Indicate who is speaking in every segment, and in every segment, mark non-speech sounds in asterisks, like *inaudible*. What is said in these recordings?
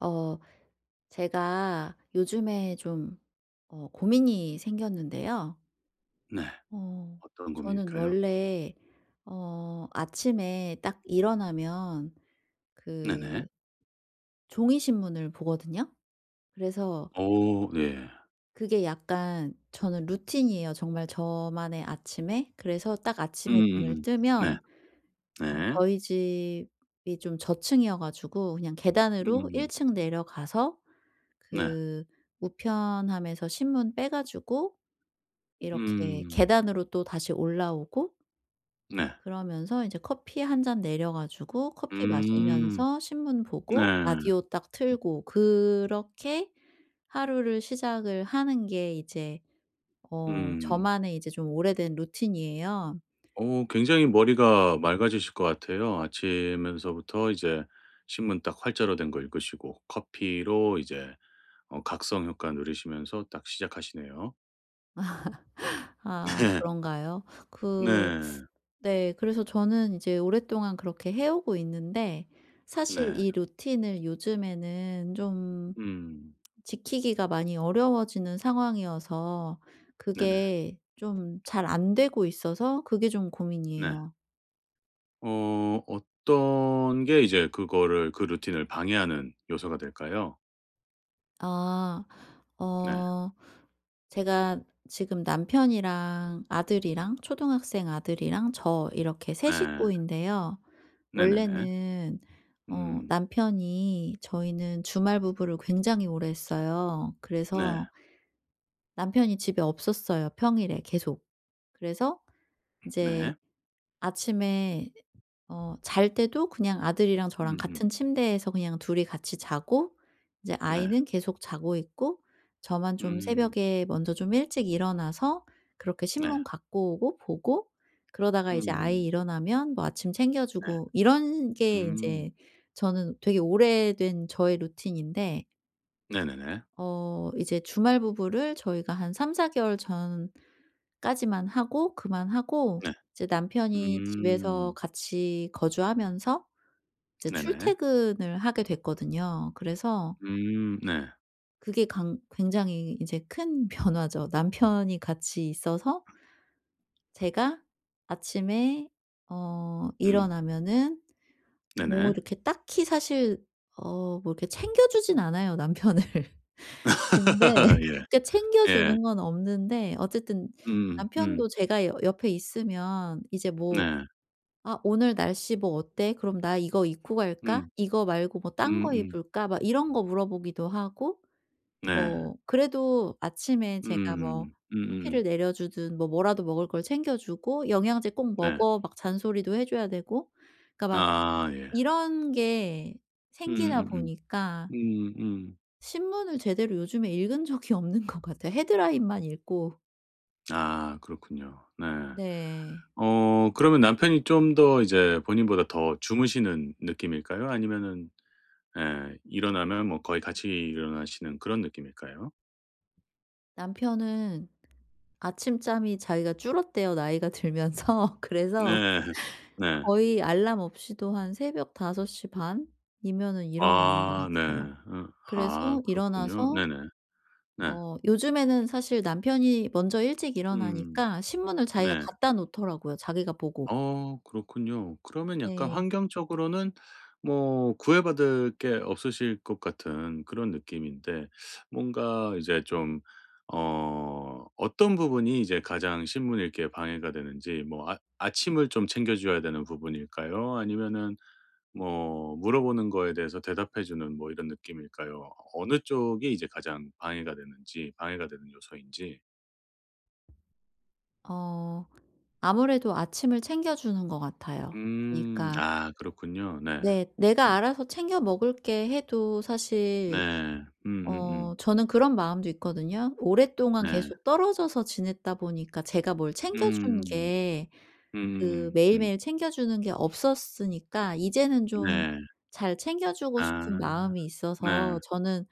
Speaker 1: 어, 제가 요즘에 좀 고민이 생겼는데요.
Speaker 2: 네.
Speaker 1: 어,
Speaker 2: 어떤
Speaker 1: 저는
Speaker 2: 고민일까요?
Speaker 1: 원래 아침에 딱 일어나면
Speaker 2: 네네.
Speaker 1: 그 종이 신문을 보거든요. 그래서
Speaker 2: 오, 네.
Speaker 1: 그게 약간 저는 루틴이에요. 정말 저만의 아침에. 그래서 딱 아침에 눈을
Speaker 2: 음음음. 네.
Speaker 1: 뜨면
Speaker 2: 네.
Speaker 1: 저희 집이 좀 저층이어가지고 그냥 계단으로
Speaker 2: 음.
Speaker 1: 1층 내려가서
Speaker 2: 네.
Speaker 1: 그 우편함에서 신문 빼가지고 이렇게
Speaker 2: 음.
Speaker 1: 계단으로 또 다시 올라오고
Speaker 2: 네.
Speaker 1: 그러면서 이제 커피 한 잔 내려 가지고 커피
Speaker 2: 음.
Speaker 1: 마시면서 신문
Speaker 2: 네.
Speaker 1: 보고 라디오 딱 틀고 그렇게 하루를 시작을 하는 게 이제
Speaker 2: 음.
Speaker 1: 저만의 이제 좀 오래된 루틴이에요.
Speaker 2: 굉장히 머리가 맑아지실 것 같아요. 아침에서부터 이제 신문 딱 활자로 된 거 읽으시고 커피로 이제 각성 효과 누리시면서 딱 시작하시네요.
Speaker 1: 아,
Speaker 2: *laughs*
Speaker 1: 그런가요?
Speaker 2: 네.
Speaker 1: 그
Speaker 2: 네.
Speaker 1: 네, 그래서 저는 이제 오랫동안 그렇게 해 오고 있는데 사실
Speaker 2: 네.
Speaker 1: 이 루틴을 요즘에는 좀
Speaker 2: 음.
Speaker 1: 지키기가 많이 어려워지는 상황이어서
Speaker 2: 네네.
Speaker 1: 그게 좀 잘 안 되고 있어서 그게 좀
Speaker 2: 네.
Speaker 1: 고민이에요.
Speaker 2: 어떤 게 이제 그거를 그 루틴을 방해하는 요소가 될까요?
Speaker 1: 아.
Speaker 2: 네.
Speaker 1: 어 제가 지금 남편이랑 아들이랑 초등학생 아들이랑 저 이렇게 세
Speaker 2: 네.
Speaker 1: 식구인데요.
Speaker 2: 네네네.
Speaker 1: 원래는
Speaker 2: 음.
Speaker 1: 남편이 저희는 주말 부부를 굉장히 오래 했어요.
Speaker 2: 네.
Speaker 1: 그래서 남편이 집에 없었어요, 평일에 계속. 그래서 이제
Speaker 2: 네.
Speaker 1: 아침에 잘 때도 그냥 아들이랑 저랑
Speaker 2: 음음.
Speaker 1: 같은 침대에서 그냥 둘이 같이 자고 이제
Speaker 2: 네.
Speaker 1: 아이는 계속 자고 있고 저만 좀
Speaker 2: 음.
Speaker 1: 새벽에 먼저 좀 일찍 일어나서 그렇게
Speaker 2: 네.
Speaker 1: 신문 갖고 오고 보고 그러다가 이제 아이
Speaker 2: 음.
Speaker 1: 일어나면 뭐 아침 챙겨
Speaker 2: 네.
Speaker 1: 주고 이런 게
Speaker 2: 음.
Speaker 1: 인제 저는 되게 오래된 저의 루틴인데
Speaker 2: 네네네.
Speaker 1: 이제 주말 부부를 저희가 한 3-4 개월 전까지만 하고 그만하고
Speaker 2: 네.
Speaker 1: 이제 남편이 집에서
Speaker 2: 음.
Speaker 1: 같이 거주하면서 이제
Speaker 2: 네네.
Speaker 1: 출퇴근을 하게 됐거든요. 그래서
Speaker 2: 음. 네.
Speaker 1: 그게 강 굉장히 이제 큰 *laughs* 변화죠. 남편이 같이 있어서 제가 아침에
Speaker 2: 음.
Speaker 1: 일어나면은 뭐
Speaker 2: 네네.
Speaker 1: 이렇게 딱히 사실 뭐 이렇게 챙겨주진 않아요, 남편을. 근데
Speaker 2: *laughs*
Speaker 1: *laughs*
Speaker 2: 예.
Speaker 1: 그러니까
Speaker 2: 예.
Speaker 1: 챙겨주는 건 없는데 어쨌든
Speaker 2: 음. 음.
Speaker 1: 남편도 제가 여 옆에 있으면 이제 뭐
Speaker 2: 네.
Speaker 1: "아, 오늘 날씨 뭐 어때? 그럼 나 이거 입고 갈까?
Speaker 2: 음.
Speaker 1: 이거 말고 뭐 딴 거
Speaker 2: 음음.
Speaker 1: 입을까?" 막 이런 거 물어보기도 하고
Speaker 2: 네.
Speaker 1: 뭐 그래도 아침에 제가 뭐
Speaker 2: 음.
Speaker 1: 커피를
Speaker 2: 음음.
Speaker 1: 내려 주든 뭐라도 먹을 걸 챙겨 주고 "영양제 꼭
Speaker 2: 네.
Speaker 1: 먹어." 막 잔소리도 해 줘야 되고 그러니까 막
Speaker 2: 아 예.
Speaker 1: 이런 게 생기다
Speaker 2: 음음음.
Speaker 1: 보니까
Speaker 2: 음음.
Speaker 1: 신문을 제대로 요즘에 읽은 적이 없는 것 같아요. 헤드라인만 읽고.
Speaker 2: 아 그렇군요. 네.
Speaker 1: 네.
Speaker 2: 그러면 남편이 좀 더 이제 본인보다 더 주무시는 느낌일까요? 아니면은 예 일어나면 뭐 거의 같이 일어나시는 그런 느낌일까요?
Speaker 1: 남편은 아침잠이 자기가 줄었대요, 나이가 들면서. *laughs* 그래서
Speaker 2: 네. 네.
Speaker 1: 거의 알람 없이도 한 새벽 5시 반 이면은 일어나는 것
Speaker 2: 아 네.
Speaker 1: 같아요. 그래서
Speaker 2: 아 그렇군요.
Speaker 1: 일어나서
Speaker 2: 네네. 네.
Speaker 1: 요즘에는 사실 남편이 먼저 일찍
Speaker 2: 음.
Speaker 1: 일어나니까 신문을 자기가
Speaker 2: 네.
Speaker 1: 갖다 놓더라고요, 자기가 보고.
Speaker 2: 그렇군요. 그러면 약간
Speaker 1: 네.
Speaker 2: 환경적으로는 뭐 구애받을 게 없으실 것 같은 그런 느낌인데 뭔가 이제 좀 어떤 부분이 이제 가장 신문 읽기에 방해가 되는지 뭐 아침을 좀 챙겨 줘야 되는 부분일까요? 아니면은 뭐 물어보는 거에 대해서 대답해 주는 뭐 이런 느낌일까요? 어느 쪽이 이제 가장 방해가 되는지 방해가 되는 요소인지.
Speaker 1: 어 아무래도 아침을 챙겨 주는 것 같아요.
Speaker 2: 음.
Speaker 1: 그니까 러
Speaker 2: 아 그렇군요. 네.
Speaker 1: 네. 내가
Speaker 2: 음.
Speaker 1: 알아서 챙겨 먹을게 해도 사실
Speaker 2: 네.
Speaker 1: 저는 그런 마음도 있거든요. 오랫동안
Speaker 2: 네.
Speaker 1: 계속 떨어져서 지냈다 보니까 제가 뭘 챙겨준
Speaker 2: 음.
Speaker 1: 게
Speaker 2: 음.
Speaker 1: 매일매일 챙겨주는 게 없었으니까 이제는
Speaker 2: 음.
Speaker 1: 좀
Speaker 2: 네.
Speaker 1: 잘 챙겨주고 싶은
Speaker 2: 아.
Speaker 1: 마음이 있어서
Speaker 2: 네.
Speaker 1: 저는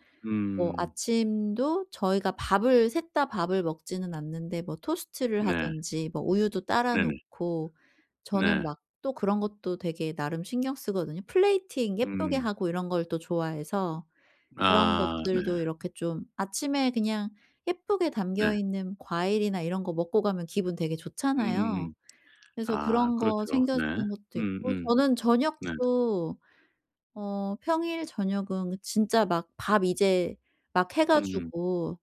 Speaker 1: 뭐
Speaker 2: 음.
Speaker 1: 아침도 저희가 밥을 셋다 밥을 먹지는 않는데 뭐 토스트를
Speaker 2: 네.
Speaker 1: 하든지 뭐 우유도 따라
Speaker 2: 네네.
Speaker 1: 놓고 저는
Speaker 2: 네.
Speaker 1: 막 또 그런 것도 되게 나름 신경 쓰거든요. 플레이팅 예쁘게
Speaker 2: 음.
Speaker 1: 하고 이런 걸 또 좋아해서 그런
Speaker 2: 아 네.
Speaker 1: 것들도 이렇게 좀 아침에 그냥 예쁘게
Speaker 2: 네.
Speaker 1: 담겨 있는 과일이나 이런 거 먹고 가면 기분 되게 좋잖아요.
Speaker 2: 음음음.
Speaker 1: 그래서
Speaker 2: 아
Speaker 1: 그런 거
Speaker 2: 그렇죠.
Speaker 1: 챙겨
Speaker 2: 네.
Speaker 1: 주는 것도 있고
Speaker 2: 음음.
Speaker 1: 저는
Speaker 2: 네.
Speaker 1: 저녁도 평일 저녁은 진짜 막 밥 이제 막 해
Speaker 2: 음음.
Speaker 1: 가지고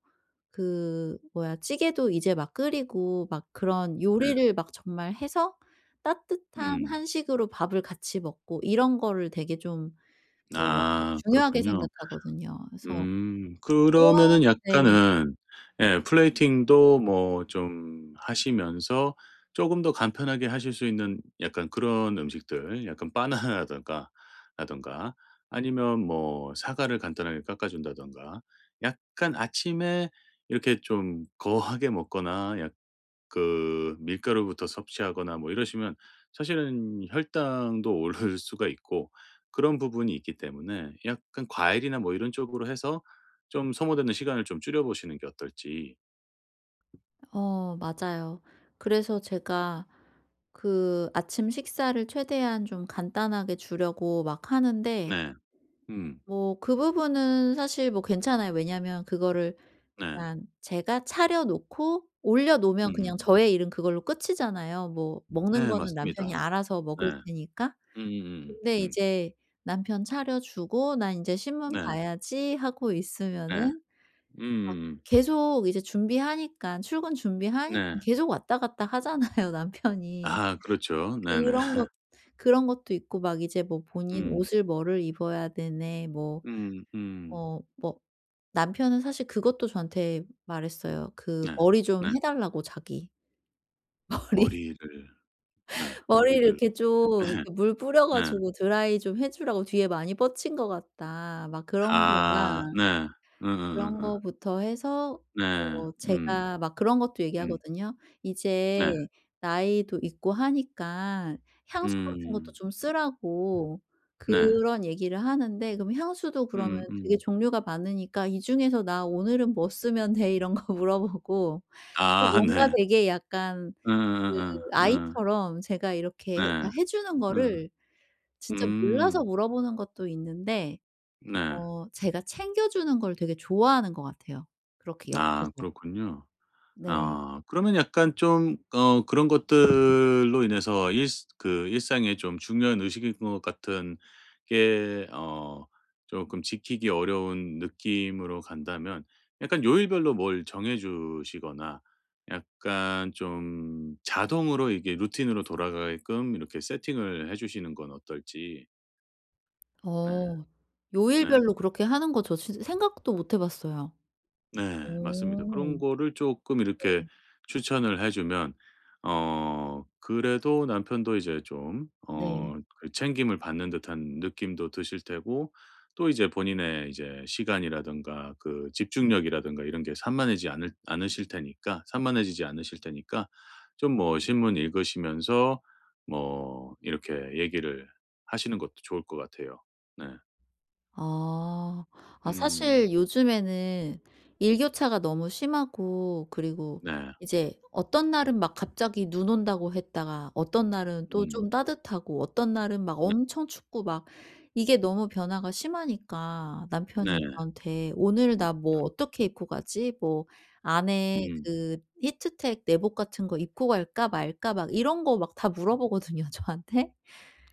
Speaker 1: 그 뭐야 찌개도 이제 막 끓이고 막 그런
Speaker 2: 네.
Speaker 1: 요리를 막 정말 해서 따뜻한
Speaker 2: 음.
Speaker 1: 한식으로 밥을 같이 먹고 이런 거를 되게 좀 뭐랄까
Speaker 2: 아
Speaker 1: 중요하게
Speaker 2: 그렇군요.
Speaker 1: 생각하거든요. 그래서
Speaker 2: 음.
Speaker 1: 그런
Speaker 2: 그러면은
Speaker 1: 네.
Speaker 2: 약간은 예 플레이팅도 뭐 좀 하시면서 쪼금 더 간편하게 하실 수 있는 약간 그런 음식들 약간 바나나라든가 라든가 아니면 뭐 사과를 간단하게 깎아 준다든가 약간 아침에 이렇게 좀 거하게 먹거나 약 그 밀가루부터 섭취하거나 뭐 이러시면 사실은 혈당도 오를 수가 있고 그런 부분이 있기 때문에 약간 과일이나 뭐 이런 쪽으로 해서 좀 소모되는 시간을 좀 줄여 보시는 게 어떨지.
Speaker 1: 맞아요. 그래서 제가 그 아침 식사를 최대한 좀 간단하게 주려고 막 하는데
Speaker 2: 네. 음.
Speaker 1: 뭐 그 부분은 사실 뭐 괜찮아요. 왜냐면 그거를
Speaker 2: 네.
Speaker 1: 그냥 제가 차려 놓고 올려 놓으면 그냥
Speaker 2: 음음.
Speaker 1: 저의 일은 그걸로 끝이잖아요. 뭐 먹는
Speaker 2: 네
Speaker 1: 거는 남편이
Speaker 2: 맞습니다.
Speaker 1: 알아서
Speaker 2: 네.
Speaker 1: 먹을 테니까.
Speaker 2: 음.
Speaker 1: 근데
Speaker 2: 음. 음.
Speaker 1: 이제 남편 차려 주고 '나 이제 신문
Speaker 2: 네.
Speaker 1: 봐야지.' 하고
Speaker 2: 네.
Speaker 1: 있으면은
Speaker 2: 음음음.
Speaker 1: 계속 이제 준비하니까 출근 준비하니
Speaker 2: 네.
Speaker 1: 까 계속 왔다 갔다 하잖아요 *laughs* 남편이.
Speaker 2: 아 그렇죠. 네네.
Speaker 1: 그런 것
Speaker 2: *laughs*
Speaker 1: 그런 것도 있고 막 이제 뭐 본인
Speaker 2: 음.
Speaker 1: 옷을 뭐를 입어야 되네 뭐
Speaker 2: 음 음.
Speaker 1: 어 뭐 남편은 사실 그것도 저한테 말했어요.
Speaker 2: 네.
Speaker 1: 머리 좀
Speaker 2: 네.
Speaker 1: 해 달라고 자기. *laughs* 머리
Speaker 2: 머리를 네.
Speaker 1: 머리를
Speaker 2: 머리를
Speaker 1: 이렇게 좀
Speaker 2: *laughs*
Speaker 1: 이렇게 물 뿌려
Speaker 2: 네. 네.
Speaker 1: 가지고 드라이 좀 해 주라고 뒤에 많이 뻗친 것 같다. 막 그런
Speaker 2: 아
Speaker 1: 거랑
Speaker 2: 네.
Speaker 1: 그런
Speaker 2: 음음음음.
Speaker 1: 거부터 해서
Speaker 2: 네. 음.
Speaker 1: 제가 막 그런 것도
Speaker 2: 음.
Speaker 1: 얘기하거든요. "이제
Speaker 2: 네.
Speaker 1: 나이도 있고 하니까 향수 같은 것도
Speaker 2: 음.
Speaker 1: 좀 쓰라고."
Speaker 2: 네.
Speaker 1: 그런 얘기를 하는데 그럼 향수도 그러면 되게
Speaker 2: 음음.
Speaker 1: 종류가 많으니까 "이 중에서 나 오늘은 뭐 쓰면 돼?" 이런 거 *laughs* 물어보고 그러니까
Speaker 2: 아
Speaker 1: 뭔가
Speaker 2: 네.
Speaker 1: 되게 약간 그
Speaker 2: 예예예예.
Speaker 1: 아이처럼 제가
Speaker 2: 예.
Speaker 1: 이렇게 다
Speaker 2: 예.
Speaker 1: 해 주는
Speaker 2: 음.
Speaker 1: 거를 진짜 몰라서
Speaker 2: 음.
Speaker 1: 물어보는 것도 있는데
Speaker 2: 네.
Speaker 1: 제가 챙겨 주는 걸 되게 좋아하는 것 같아요. 그렇게
Speaker 2: 아
Speaker 1: 옆에서.
Speaker 2: 그렇군요.
Speaker 1: 네.
Speaker 2: 아 그러면 약간 좀 그런 것들로 인해서 일스 그 일상에 좀 중요한 의식인 것 같은 게 쪼끔 지키기 어려운 느낌으로 간다면 약간 요일별로 뭘 정해 주시거나 약간 좀 자동으로 이게 루틴으로 돌아가게끔 이렇게 세팅을 해 주시는 건 어떨지. 네.
Speaker 1: 어.
Speaker 2: 네.
Speaker 1: 요일별로 그렇게 하는 거 저 진짜 생각도 못 해 봤어요.
Speaker 2: 네. 맞습니다.
Speaker 1: 어.
Speaker 2: 그런 거를 조금 이렇게
Speaker 1: 네.
Speaker 2: 추천을 해 주면 그래도 남편도 이제 좀
Speaker 1: 네.
Speaker 2: 그 챙김을 받는 듯한 느낌도 드실 테고 또 이제 본인의 이제 시간이라든가 그 집중력이라든가 이런 게 산만해지지 않으실 테니까 좀 뭐 신문 읽으시면서 뭐 이렇게 얘기를 하시는 것도 좋을 것 같아요. 네.
Speaker 1: 아. 아,
Speaker 2: 음.
Speaker 1: 사실 요즘에는 일교차가 너무 심하고 그리고
Speaker 2: 네.
Speaker 1: 이제 어떤 날은 막 갑자기 눈 온다고 했다가 어떤 날은 또
Speaker 2: 음.
Speaker 1: 좀 따뜻하고 어떤 날은 막 엄청 춥고 막 이게 너무 변화가 심하니까
Speaker 2: 네.
Speaker 1: 남편이 저한테 "오늘
Speaker 2: 음.
Speaker 1: 나 뭐 어떻게 입고 가지? 뭐 안에
Speaker 2: 음.
Speaker 1: 그 히트텍 내복 같은 거 입고 갈까 말까?" 막 이런 거 막 다 물어보거든요, 저한테.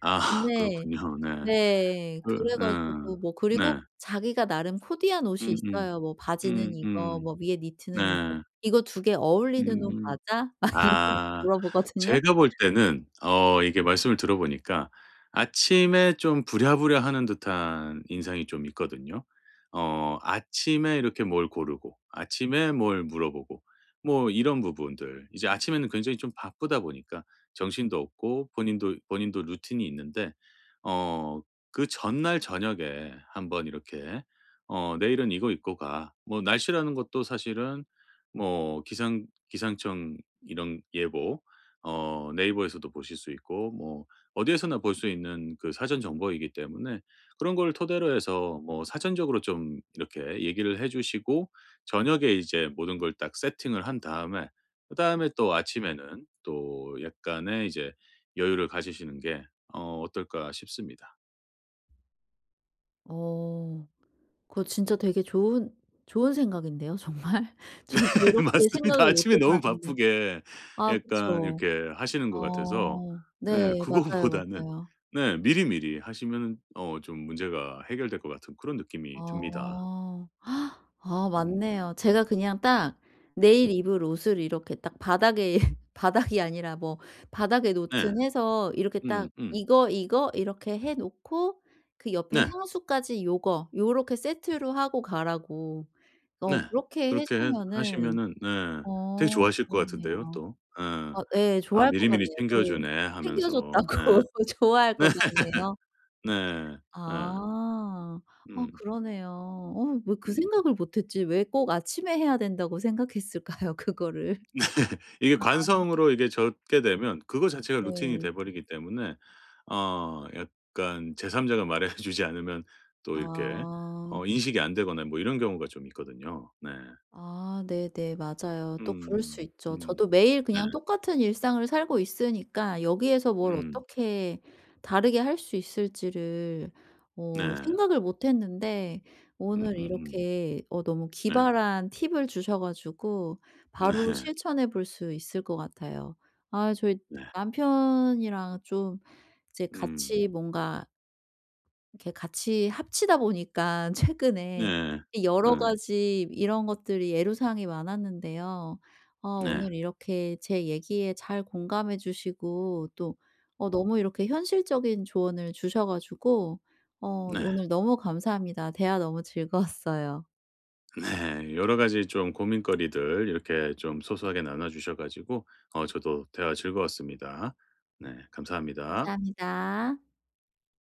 Speaker 2: 아
Speaker 1: 네.
Speaker 2: 그렇군요. 네.
Speaker 1: 네.
Speaker 2: 그
Speaker 1: 그래
Speaker 2: 예.
Speaker 1: 가지고 뭐, 그리고
Speaker 2: 네.
Speaker 1: 자기가 나름 코디한 옷이
Speaker 2: 음음.
Speaker 1: 있어요. 뭐 "바지는 이거."
Speaker 2: 음음.
Speaker 1: 뭐 "위에
Speaker 2: 네.
Speaker 1: 니트는 이거." "이거 두 개 어울리는 옷
Speaker 2: 음.
Speaker 1: 맞아?" 막 이런 거
Speaker 2: 아.
Speaker 1: 물어보거든요.
Speaker 2: 제가 볼 때는 이게 말씀을 들어 보니까 아침에 좀 부랴부랴 하는 듯한 인상이 좀 있거든요. 아침에 이렇게 뭘 고르고 아침에 뭘 물어보고 뭐 이런 부분들. 이제 아침에는 굉장히 좀 바쁘다 보니까 정신도 없고 본인도 본인도 루틴이 있는데 어 그 전날 저녁에 한번 이렇게 "내일은 이거 입고 가." 뭐 날씨라는 것도 사실은 뭐 기상청 이런 예보 네이버에서도 보실 수 있고 뭐 어디에서나 볼 수 있는 그 사전 정보이기 때문에 그런 걸 토대로 해서 뭐 사전적으로 좀 이렇게 얘기를 해 주시고 저녁에 이제 모든 걸 딱 세팅을 한 다음에 그다음에 또 아침에는 또 약간의 이제 여유를 가지시는 게 어떨까 싶습니다.
Speaker 1: 어. 그거 진짜 되게 좋은 생각인데요, 정말. *laughs* 전
Speaker 2: *laughs* 예
Speaker 1: 그렇게
Speaker 2: 맞습니다.
Speaker 1: 생각을 못
Speaker 2: 아침에
Speaker 1: 해
Speaker 2: 너무
Speaker 1: 봤는데.
Speaker 2: 바쁘게
Speaker 1: 아,
Speaker 2: 약간
Speaker 1: 그쵸.
Speaker 2: 이렇게 하시는 것 같아서
Speaker 1: 어.
Speaker 2: 네
Speaker 1: 네. 맞아요,
Speaker 2: 그거보다는
Speaker 1: 맞아요.
Speaker 2: 네 미리미리 하시면은 좀 문제가 해결될 것 같은 그런 느낌이 듭니다.
Speaker 1: 어. 아,
Speaker 2: 음.
Speaker 1: 맞네요. 제가 그냥 딱 내일 입을 옷을 이렇게 딱 바닥에 *laughs* 바닥이 아니라 뭐 바닥에
Speaker 2: 네.
Speaker 1: 놓든 해서 이렇게
Speaker 2: 음
Speaker 1: 딱
Speaker 2: 음.
Speaker 1: "이거, 이거." 이렇게 해 놓고 그 옆에
Speaker 2: 네.
Speaker 1: 향수까지 요거 요렇게 세트로 하고 가라고.
Speaker 2: 네.
Speaker 1: 그렇게 해
Speaker 2: 그렇게 해
Speaker 1: 주면은
Speaker 2: 하시면은 네 되게 좋아하실 것 같은데요
Speaker 1: 그렇네요.
Speaker 2: 또. 예.
Speaker 1: 아, 예.
Speaker 2: '아
Speaker 1: 좋아할 것
Speaker 2: 미리미리
Speaker 1: 같네요.
Speaker 2: 챙겨
Speaker 1: 또
Speaker 2: 주네.'
Speaker 1: 챙겨줬다고
Speaker 2: 하면서. 네.
Speaker 1: *laughs* 좋아할
Speaker 2: 네.
Speaker 1: 것 같네요.
Speaker 2: 네. 예.
Speaker 1: 아.
Speaker 2: 음.
Speaker 1: 그러네요. 왜 그
Speaker 2: 음.
Speaker 1: 생각을 못 했지? 왜 꼭 아침에 해야 된다고 생각했을까요? *laughs* 그거를.
Speaker 2: 이게 관성으로 이게 젖게 되면 그거 자체가 루틴이
Speaker 1: 네.
Speaker 2: 돼 버리기 때문에 약간 제3 자가 말해 *laughs* 주지 않으면 또 이렇게
Speaker 1: 아.
Speaker 2: 인식이 안 되거나 뭐 이런 경우가 좀 있거든요. 네.
Speaker 1: 아, 네네. 맞아요. 또 그럴 수
Speaker 2: 음.
Speaker 1: 있죠.
Speaker 2: 음.
Speaker 1: 저도 매일
Speaker 2: 네.
Speaker 1: 그냥 똑같은 일상을 살고 있으니까 여기에서 뭘
Speaker 2: 음.
Speaker 1: 어떻게 다르게 할 수 있을지를
Speaker 2: 네.
Speaker 1: 생각을 못 했는데 오늘
Speaker 2: 음음음.
Speaker 1: 이렇게 너무
Speaker 2: 네.
Speaker 1: 기발한 팁을 주셔 가지고 바로
Speaker 2: 네.
Speaker 1: 실천해 볼 수 있을 것 같아요. 아, 저희
Speaker 2: 네.
Speaker 1: 남편이랑 좀 이제
Speaker 2: 음.
Speaker 1: 같이 뭔가 이렇게 같이 합치다 보니까 *laughs* 최근에
Speaker 2: 네.
Speaker 1: 여러
Speaker 2: 음.
Speaker 1: 가지 이런 것들이 애로사항이 많았는데요.
Speaker 2: 네.
Speaker 1: 오늘 이렇게 제 얘기에 잘 공감해 주시고 또 너무 이렇게 현실적인 조언을 주셔 가지고 어
Speaker 2: 네.
Speaker 1: 오늘 너무 감사합니다. 대화 너무 즐거웠어요.
Speaker 2: 네. 여러 가지 좀 고민거리들 이렇게 좀 소소하게 나눠 주셔 가지고 저도 대화 즐거웠습니다. 네. 감사합니다.
Speaker 1: 감사합니다.